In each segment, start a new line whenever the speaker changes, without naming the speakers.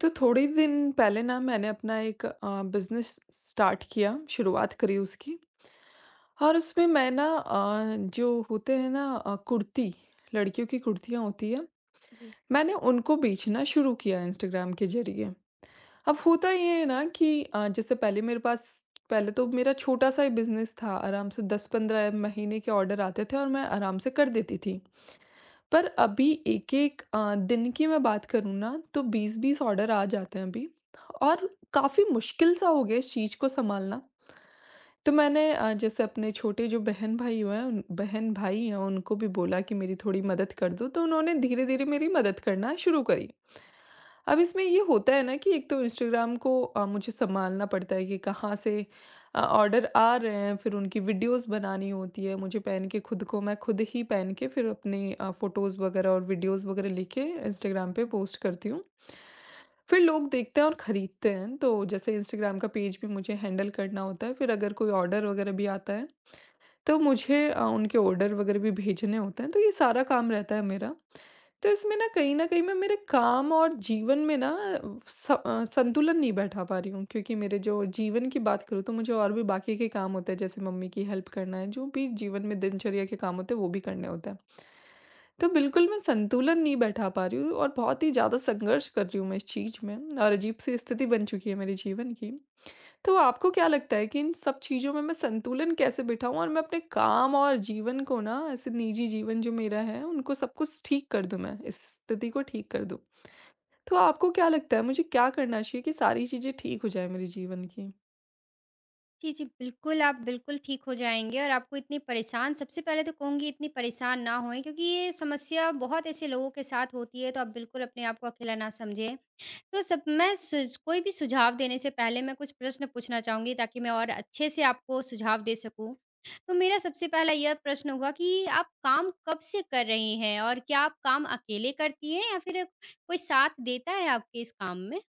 तो थोड़े दिन पहले ना मैंने अपना एक बिज़नेस स्टार्ट किया, शुरुआत करी उसकी। और उसमें मैं ना जो होते हैं ना कुर्ती, लड़कियों की कुर्तियाँ होती हैं,
जी,
मैंने उनको बेचना शुरू किया इंस्टाग्राम के ज़रिए। अब होता ये है ना कि जैसे पहले मेरे पास पहले तो मेरा छोटा-सा ही बिज़नेस था, आराम से 10-15 महीने के ऑर्डर आते थे और मैं आराम से कर देती थी। पर अभी एक-एक दिन की मैं बात करूँ ना तो 20-20 ऑर्डर आ जाते हैं अभी और काफ़ी मुश्किल सा हो गया इस चीज़ को सँभालना। तो मैंने जैसे अपने छोटे जो बहन-भाई हैं उनको भी बोला कि मेरी थोड़ी मदद कर दो, तो उन्होंने धीरे-धीरे मेरी मदद करना शुरू करी। अब इसमें ये होता है ना कि एक तो इंस्टाग्राम को मुझे संभालना पड़ता है कि कहाँ से ऑर्डर आ रहे हैं, फिर उनकी वीडियोस बनानी होती है मुझे पहन के खुद को मैं खुद ही पहन के फिर अपनी फोटोज़ वगैरह और वीडियोस वगैरह लेके इंस्टाग्राम पे
जी।
पोस्ट करती हूँ। फिर लोग देखते हैं और खरीदते हैं, तो जैसे इंस्टाग्राम का पेज भी मुझे हैंडल करना होता है, फिर अगर कोई ऑर्डर वगैरह भी आता है तो मुझे उनके ऑर्डर वगैरह भी भेजने होते हैं, तो ये सारा काम रहता है मेरा। तो इसमें ना कहीं न कहीं मैं मेरे काम और जीवन में ना संतुलन नहीं बैठा पा रही हूँ क्योंकि मेरे जो जीवन की बात करूँ तो मुझे और भी बाकी के काम होते हैं, जैसे मम्मी की हेल्प करना है, जो भी जीवन में दिनचर्या के काम होते हैं, वो भी करने होते हैं। तो बिल्कुल मैं संतुलन नहीं बैठा पा रही हूँ और बहुत ही ज़्यादा संघर्ष कर रही हूँ मैं इस चीज़ में और अजीब-सी स्थिति बन चुकी है मेरे जीवन की। तो आपको क्या लगता है कि इन सब चीज़ों में मैं संतुलन कैसे बिठाऊँ और मैं अपने काम और जीवन को ना ऐसे निजी जीवन जो मेरा है उनको सब कुछ ठीक कर दूँ मैं, इस स्थिति को ठीक कर दूँ? तो आपको क्या लगता है मुझे क्या करना चाहिए कि सारी चीज़ें ठीक हो जाएँ मेरे जीवन की?
जी, जी, बिल्कुल, आप बिल्कुल ठीक हो जाएँगे और आपको इतनी परेशान सबसे पहले तो कहूँगी इतनी परेशान ना होएँ क्योंकि ये समस्या बहुत ऐसे लोगों के साथ होती है, तो आप बिल्कुल अपने आप को अकेला ना समझें। तो सब मैं सुझ कोई भी सुझाव देने से पहले मैं कुछ प्रश्न पूछना चाहूँगी ताकि मैं और अच्छे से आपको सुझाव दे सकूँ। तो मेरा सबसे पहला यह प्रश्न होगा कि आप काम कब से कर रही हैं और क्या आप काम अकेले करती हैं या फिर कोई साथ देता है आपके इस काम में?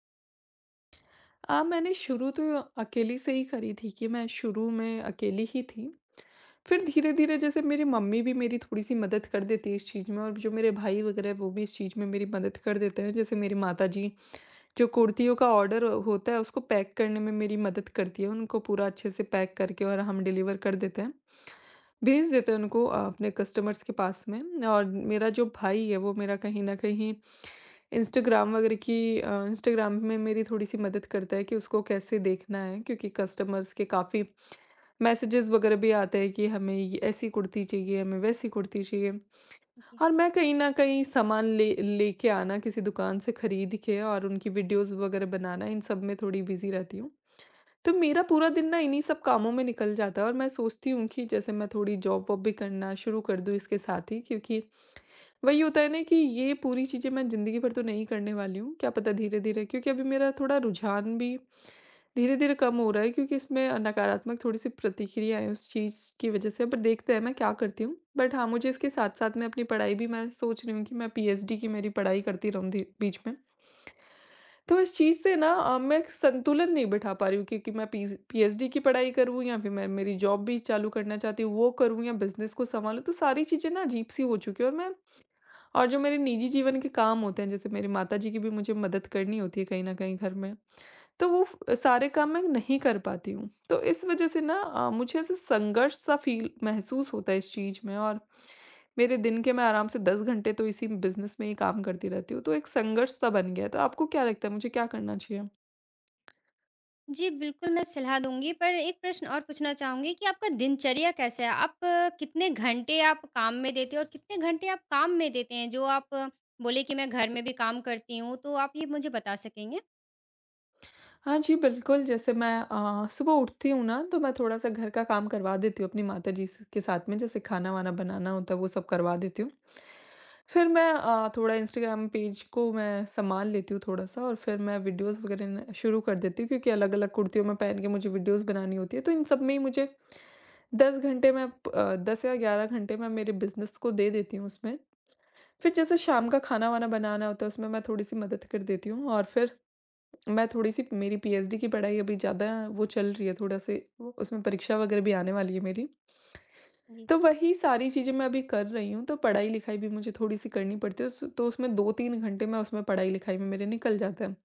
मैंने शुरू तो अकेली से ही करी थी कि मैं शुरू में अकेली ही थी। फिर धीरे-धीरे जैसे मेरी मम्मी भी मेरी थोड़ी-सी मदद कर देती है इस चीज़ में और जो मेरे भाई वगैरह वो भी इस चीज़ में मेरी मदद कर देते हैं। जैसे मेरी माताजी जो कुर्तियों का ऑर्डर होता है उसको पैक करने में मेरी मदद करती है, उनको पूरा अच्छे से पैक करके और हम डिलीवर कर देते हैं। भेज देते हैं उनको अपने कस्टमर्स के पास में और मेरा जो भाई है वो मेरा कहीं न कहीं इंस्टाग्राम वगैरह की अ, इंस्टाग्राम में मेरी थोड़ी-सी मदद करता है कि उसको कैसे देखना है क्योंकि कस्टमर्स के काफ़ी मैसेजेस वगैरह भी आते हैं कि हमें ये ऐसी कुर्ती चाहिए, हमें वैसी कुर्ती चाहिए।
जी।
और मैं कहीं न कहीं सामान ले लेके आना किसी दुकान से खरीद के और उनकी वीडियोज़ वगैरह बनाना इन सब में थोड़ी बिज़ी रहती हूँ। तो मेरा पूरा दिन ना इन्हीं सब कामों में निकल जाता है और मैं सोचती हूँ कि जैसे मैं थोड़ी जॉब वॉब भी करना शुरू कर दूँ इसके साथ ही क्योंकि वही होता है ना कि ये पूरी चीज़ें मैं ज़िंदगी भर तो नहीं करने वाली हूँ, क्या पता धीरे-धीरे क्योंकि अभी मेरा थोड़ा रुझान भी धीरे-धीरे कम हो रहा है क्योंकि इसमें नकारात्मक थोड़ी-सी प्रतिक्रिया है उस चीज़ की वजह से, पर देखते हैं मैं क्या करती हूँ। बट हाँ, मुझे इसके साथ-साथ में अपनी पढ़ाई भी मैं सोच रही हूँ कि मैं पीएचडी की मेरी पढ़ाई करती रहूँ धी बीच में। तो इस चीज़ से ना मैं एक संतुलन नहीं बिठा पा रही हूँ क्योंकि मैं पीज़ पीएचडी की पढ़ाई करूँ या फिर मैं मेरी जॉब भी चालू करना चाहती हूँ, वो करूँ या बिज़नेस को सँभालूँ, तो सारी चीज़ें ना अजीब-सी हो चुकी हैं और मैं और जो मेरे निजी जीवन के काम होते हैं, जैसे मेरी माताजी की भी मुझे मदद करनी होती है कहीं न कहीं घर में। तो वो फ सारे काम मैं नहीं कर पाती हूँ। तो इस वज़ह से ना मुझे ऐसे संघर्ष-सा फ़ील महसूस होता है इस चीज़ में और मेरे दिन के मैं आराम से 10 घंटे तो इसी बिज़नेस में ही काम करती रहती हूँ, तो एक संघर्ष-सा बन गया है। तो आपको क्या लगता है मुझे क्या करना चाहिए?
जी, बिल्कुल, मैं सलाह दूँगी, पर एक प्रश्न और पूछना चाहूँगी कि आपका दिनचर्या कैसा है? आप कितने घंटे आप काम में देते हो और कितने घंटे आप काम में देते हैं? जो आप बोले कि मैं घर में भी काम करती हूँ, तो आप ये मुझे बता सकेंगे?
हाँ जी, बिल्कुल, जैसे मैं सुबह उठती हूँ ना तो मैं थोड़ा-सा घर का काम करवा देती हूँ अपनी माताजी स के साथ में, जैसे खाना-वाना बनाना होता है वो सब करवा देती हूँ। फिर मैं थोड़ा इंस्टाग्राम पेज को मैं सँभाल लेती हूँ थोड़ा-सा और फिर मैं वीडियोज़ वगैरह न शुरू कर देती हूँ क्योंकि अलग-अलग कुर्तियों में पहन के मुझे वीडियोज़ बनानी होती है, तो इन सब में ही मुझे 10 घंटे 10 या 11 घंटे मैं मेरे बिज़नेस को दे देती हूँ उसमें। फिर जैसे शाम का खाना-वाना बनाना होता है उसमें मैं थोड़ी-सी मदद कर देती हूँ और फिर मैं थोड़ी-सी मेरी पीएचडी की पढ़ाई अभी ज़्यादा वो चल रही है थोड़ा से उसमें परीक्षा वगैरह भी आने वाली है मेरी।
जी।
तो वही सारी चीज़ें मैं अभी कर रही हूँ, तो पढ़ाई-लिखाई भी मुझे थोड़ी-सी करनी पड़ती है उस तो उसमें 2-3 घंटे मैं उसमें पढ़ाई-लिखाई में मेरे निकल जाते हैं।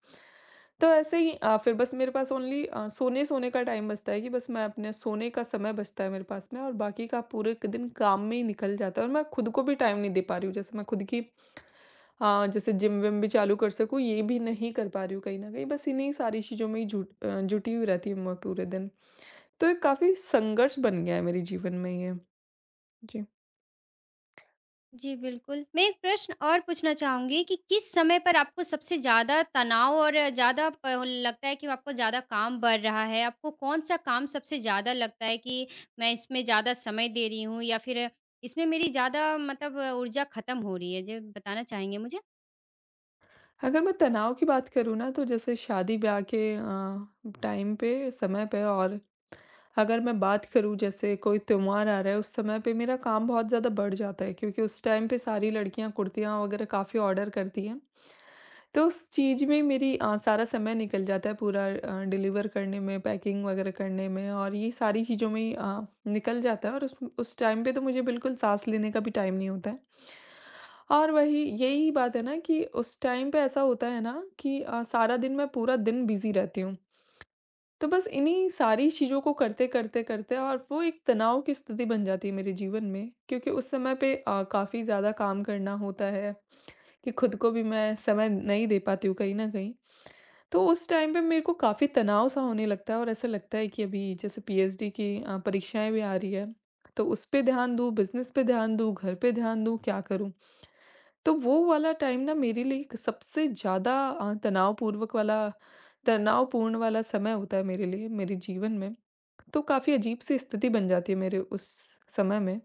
तो ऐसे ही फिर बस मेरे पास सोने-सोने का टाइम बचता है कि बस मैं अपने सोने का समय बचता है मेरे पास में और बाकी का पूरे क दिन काम में ही निकल जाता है और मैं खुद को भी टाइम नहीं दे पा रही हूँ। जैसे मैं खुद की हाँ, जैसे जिम विम भी चालू कर सकूँ, ये भी नहीं कर पा रही हूँ कहीं न कहीं, बस इन्हीं सारी चीज़ों में ही जुटी हुई रहती हूँ मैं पूरे दिन। तो ये काफ़ी संघर्ष बन गया है मेरे जीवन में ये। जी।
जी, बिल्कुल। मैं एक प्रश्न और पूछना चाहूँगी कि किस समय पर आपको सबसे ज़्यादा तनाव और ज़्यादा प लगता है कि आपको ज़्यादा काम बढ़ रहा है? आपको कौन-सा काम सबसे ज़्यादा लगता है कि मैं इसमें ज़्यादा समय दे रही हूँ या फिर इसमें मेरी ज़्यादा मतलब ऊर्जा खत्म हो रही है? जी बताना चाहेंगे मुझे?
अगर मैं तनाव की बात करूँ ना तो जैसे शादी-ब्याह के टाइम पे, समय पे और अगर मैं बात करूँ जैसे कोई त्योहार आ रहा है, उस समय पे मेरा काम बहुत ज़्यादा बढ़ जाता है क्योंकि उस टाइम पे सारी लड़कियाँ कुर्तियाँ वगैरह काफ़ी ऑर्डर करती हैं। तो उस चीज़ में मेरी सारा समय निकल जाता है पूरा डिलीवर करने में, पैकिंग वगैरह करने में और ये सारी चीज़ों में ही निकल जाता है और उस टाइम पे तो मुझे बिल्कुल साँस लेने का भी टाइम नहीं होता है। और वही यही बात है ना कि उस टाइम पे ऐसा होता है ना कि सारा दिन मैं पूरा दिन बिज़ी रहती हूँ। तो बस इन्हीं सारी चीज़ों को करते, करते, करते और वो एक तनाव की स्थिति बन जाती है मेरे जीवन में क्योंकि उस समय पे काफ़ी ज़्यादा काम करना होता है कि खुद को भी मैं समय नहीं दे पाती हूँ कहीं न कहीं। तो उस टाइम पे मेरे को काफ़ी तनाव सा होने लगता है और ऐसा लगता है कि अभी जैसे पीएचडी की परीक्षाएँ भी आ रही हैं, तो उस पे ध्यान दूँ, बिज़नेस पे ध्यान दूँ, घर पे ध्यान दूँ, क्या करूँ? तो वो वाला टाइम ना मेरे लिए एक सबसे ज़्यादा तनावपूर्वक वाला तनावपूर्ण वाला समय होता है मेरे लिए, मेरे जीवन में। तो काफ़ी अजीब-सी स्थिति बन जाती है मेरे उस समय में।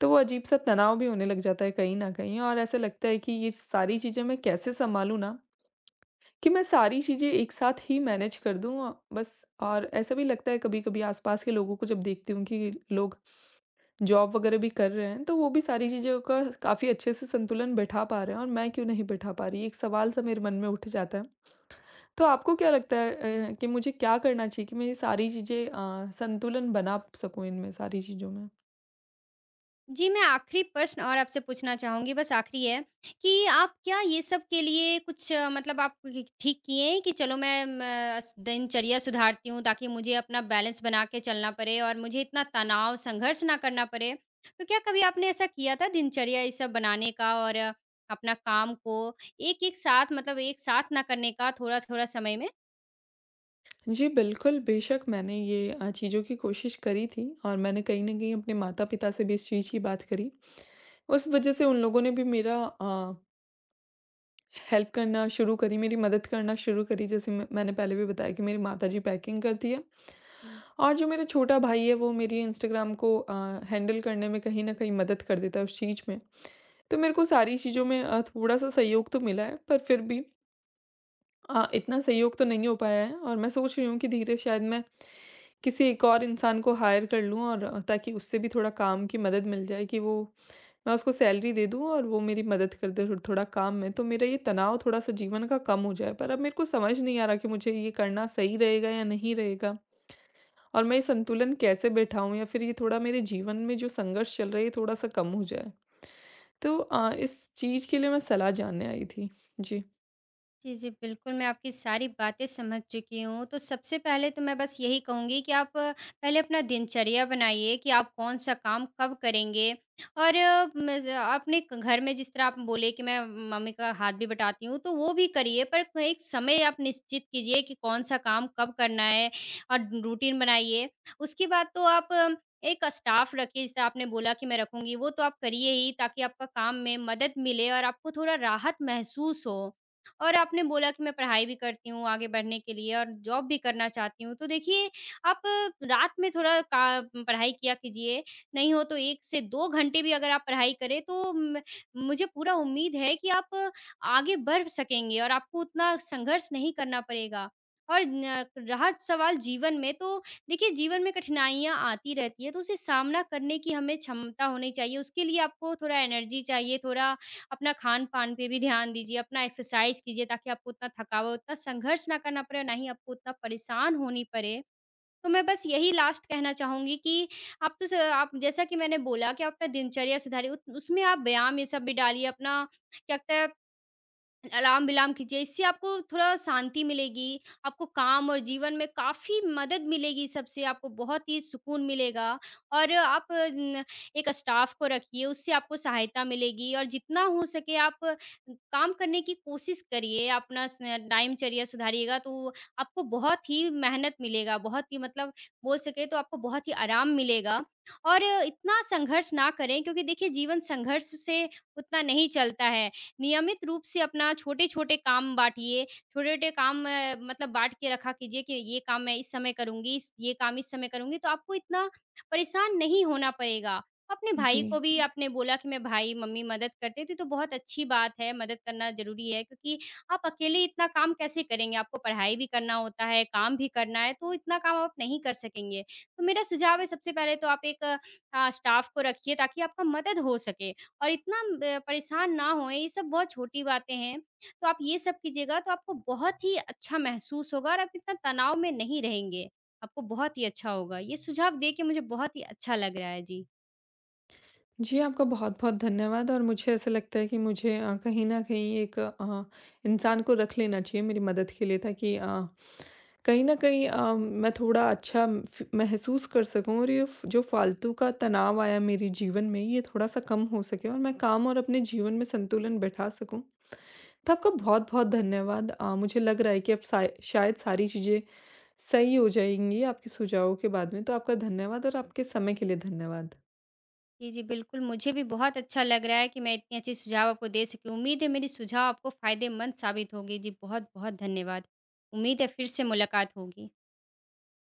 तो वो अजीब-सा तनाव भी होने लग जाता है कहीं न कहीं और ऐसा लगता है कि ये सारी चीज़ें मैं कैसे सँभालूँ ना, कि मैं सारी चीज़ें एक साथ ही मैनेज कर दूँ बस और ऐसा भी लगता है कभी-कभी आस-पास के लोगों को जब देखती हूँ कि लोग जॉब वगैरह भी कर रहे हैं, तो वो भी सारी चीज़ों का काफ़ी अच्छे से संतुलन बैठा पा रहे हैं और मैं क्यों नहीं बैठा पा रही, एक सवाल सा मेरे मन में उठ जाता है। तो आपको क्या लगता है कि मुझे क्या करना चाहिए कि मैं ये सारी चीज़ें संतुलन बना सकूँ इनमें सारी चीज़ों में?
जी, मैं आखिरी प्रश्न और आपसे पूछना चाहूँगी, बस आखिरी है कि आप क्या ये सब के लिए कुछ मतलब आप क ठीक किए हैं कि चलो मैं म अ, स दिनचर्या सुधारती हूँ ताकि मुझे अपना बैलेंस बना के चलना पड़े और मुझे इतना तनाव, संघर्ष ना करना पड़े। तो क्या कभी आपने ऐसा किया था दिनचर्या ये सब बनाने का और अपना काम को एक-एक साथ मतलब एक साथ ना करने का थोड़ा-थोड़ा समय में?
जी, बिल्कुल, बेशक मैंने ये चीज़ों की कोशिश करी थी और मैंने कहीं न कहीं अपने माता-पिता से भी इस चीज़ की बात करी। उस वज़ह से उन लोगों ने भी मेरा हेल्प करना शुरू करी, मेरी मदद करना शुरू करी, जैसे मैं मैंने पहले भी बताया कि मेरी माताजी पैकिंग करती है। और जो मेरा छोटा भाई है, वो मेरी इंस्टाग्राम को हैंडल करने में कहीं न कहीं मदद कर देता है उस चीज़ में। तो मेरे को सारी चीज़ों में थोड़ा-सा सहयोग तो मिला है, पर फिर भी इतना सहयोग तो नहीं हो पाया है और मैं सोच रही हूँ कि धीरे शायद मैं किसी एक और इंसान को हायर कर लूँ और ताकि उससे भी थोड़ा काम की मदद मिल जाए कि वो मैं उसको सैलरी दे दूँ और वो मेरी मदद कर दे थो थोड़ा काम में, तो मेरा ये तनाव थोड़ा-सा जीवन का कम हो जाए। पर अब मेरे को समझ नहीं आ रहा कि मुझे ये करना सही रहेगा या नहीं रहेगा और मैं ये संतुलन कैसे बैठाऊँ या फिर ये थोड़ा मेरे जीवन में जो संघर्ष चल रहा है, ये थोड़ा-सा कम हो जाए। तो इस चीज़ के लिए मैं सलाह जानने आई थी। जी।
जी, जी, बिल्कुल, मैं आपकी सारी बातें समझ चुकी हूँ। तो सबसे पहले तो मैं बस यही कहूँगी कि आप पहले अपना दिनचर्या बनाइए कि आप कौन-सा काम कब करेंगे। और म ज अपने घर में जिस तरह आप बोले कि मैं मम्मी का हाथ भी बटाती हूँ, तो वो भी करिए, पर एक समय आप निश्चित कीजिए कि कौन-सा काम कब करना है और रूटीन बनाइए। उसके बाद तो आप एक स्टाफ रखिए, जैसे आपने बोला कि मैं रखूँगी, वो तो आप करिए ही ताकि आपका काम में मदद मिले और आपको थोड़ा राहत महसूस हो। और आपने बोला कि मैं पढ़ाई भी करती हूँ आगे बढ़ने के लिए और जॉब भी करना चाहती हूँ। तो देखिए, आप रात में थोड़ा का पढ़ाई किया कीजिए, नहीं हो तो 1 से 2 घंटे भी अगर आप पढ़ाई करें तो म मुझे पूरा उम्मीद है कि आप आगे बढ़ सकेंगे और आपको उतना संघर्ष नहीं करना पड़ेगा। और न रहा सवाल जीवन में तो देखिए जीवन में कठिनाइयाँ आती रहती है, तो उसे सामना करने की हमें क्षमता होनी चाहिए। उसके लिए आपको थोड़ा एनर्जी चाहिए, थोड़ा अपना खान-पान पे भी ध्यान दीजिए, अपना एक्सरसाइज़ कीजिए ताकि आपको उतना थकावट, उतना संघर्ष ना करना पड़े और ना ही आपको उतना परेशान होनी पड़े। तो मैं बस यही लास्ट कहना चाहूँगी कि आप तो स आप जैसा कि मैंने बोला कि आप अपना दिनचर्या सुधारिए, उत उसमें आप व्यायाम ये सब भी डालिए, अपना क्या कहते हैं अलार्म-विलार्म कीजिए, इससे आपको थोड़ा शांति मिलेगी, आपको काम और जीवन में काफ़ी मदद मिलेगी इस सबसे, आपको बहुत ही सुकून मिलेगा और आप न एक स्टाफ को रखिए, उससे आपको सहायता मिलेगी और जितना हो सके आप काम करने की कोशिश करिए, अपना स दिनचर्या सुधारिएगा तो आपको बहुत ही मेहनत मिलेगा, बहुत ही मतलब बोल सके तो आपको बहुत ही आराम मिलेगा और इतना संघर्ष ना करें क्योंकि देखिए जीवन संघर्ष से उतना नहीं चलता है। नियमित रूप से अपना छोटे-छोटे काम बाँटिए, छोटे-छोटे काम मतलब बाँट के रखा कीजिए कि ये काम मैं इस समय करूँगी, इस ये काम इस समय करूँगी, तो आपको इतना परेशान नहीं होना पड़ेगा। अपने भाई को
जी।
भी आपने बोला कि मैं भाई, मम्मी मदद करते थे, तो बहुत अच्छी बात है, मदद करना ज़रूरी है क्योंकि आप अकेले इतना काम कैसे करेंगे? आपको पढ़ाई भी करना होता है, काम भी करना है, तो इतना काम आप नहीं कर सकेंगे। तो मेरा सुझाव है सबसे पहले तो आप एक स्टाफ़ को रखिए ताकि आपका मदद हो सके। और इतना परेशान ना होएँ, ये सब बहुत छोटी बातें हैं। तो आप ये सब कीजिएगा तो आपको बहुत ही अच्छा महसूस होगा और आप इतना तनाव में नहीं रहेंगे। आपको बहुत ही अच्छा होगा। ये सुझाव दे के मुझे बहुत ही अच्छा लग रहा है जी।
जी, आपका बहुत-बहुत धन्यवाद और मुझे ऐसा लगता है कि मुझे कहीं न कहीं एक इंसान को रख लेना चाहिए मेरी मदद के लिए ताकि कहीं न कहीं मैं थोड़ा अच्छा फ महसूस कर सकूँ और ये फ जो फालतू का तनाव आया मेरे जीवन में ये थोड़ा-सा कम हो सके और मैं काम और अपने जीवन में संतुलन बैठा सकूँ। तो आपका बहुत-बहुत धन्यवाद। मुझे लग रहा है कि अब साय शायद सारी चीज़ें सही हो जाएँगी आपके सुझावों के बाद में। तो आपका धन्यवाद और आपके समय के लिए धन्यवाद।
जी, जी, बिल्कुल मुझे भी बहुत अच्छा लग रहा है कि मैं इतनी अच्छी सुझाव आपको दे सकी। उम्मीद है मेरी सुझाव आपको फ़ायदेमंद साबित होंगे। जी बहुत-बहुत धन्यवाद। उम्मीद है फिर से मुलाकात होगी।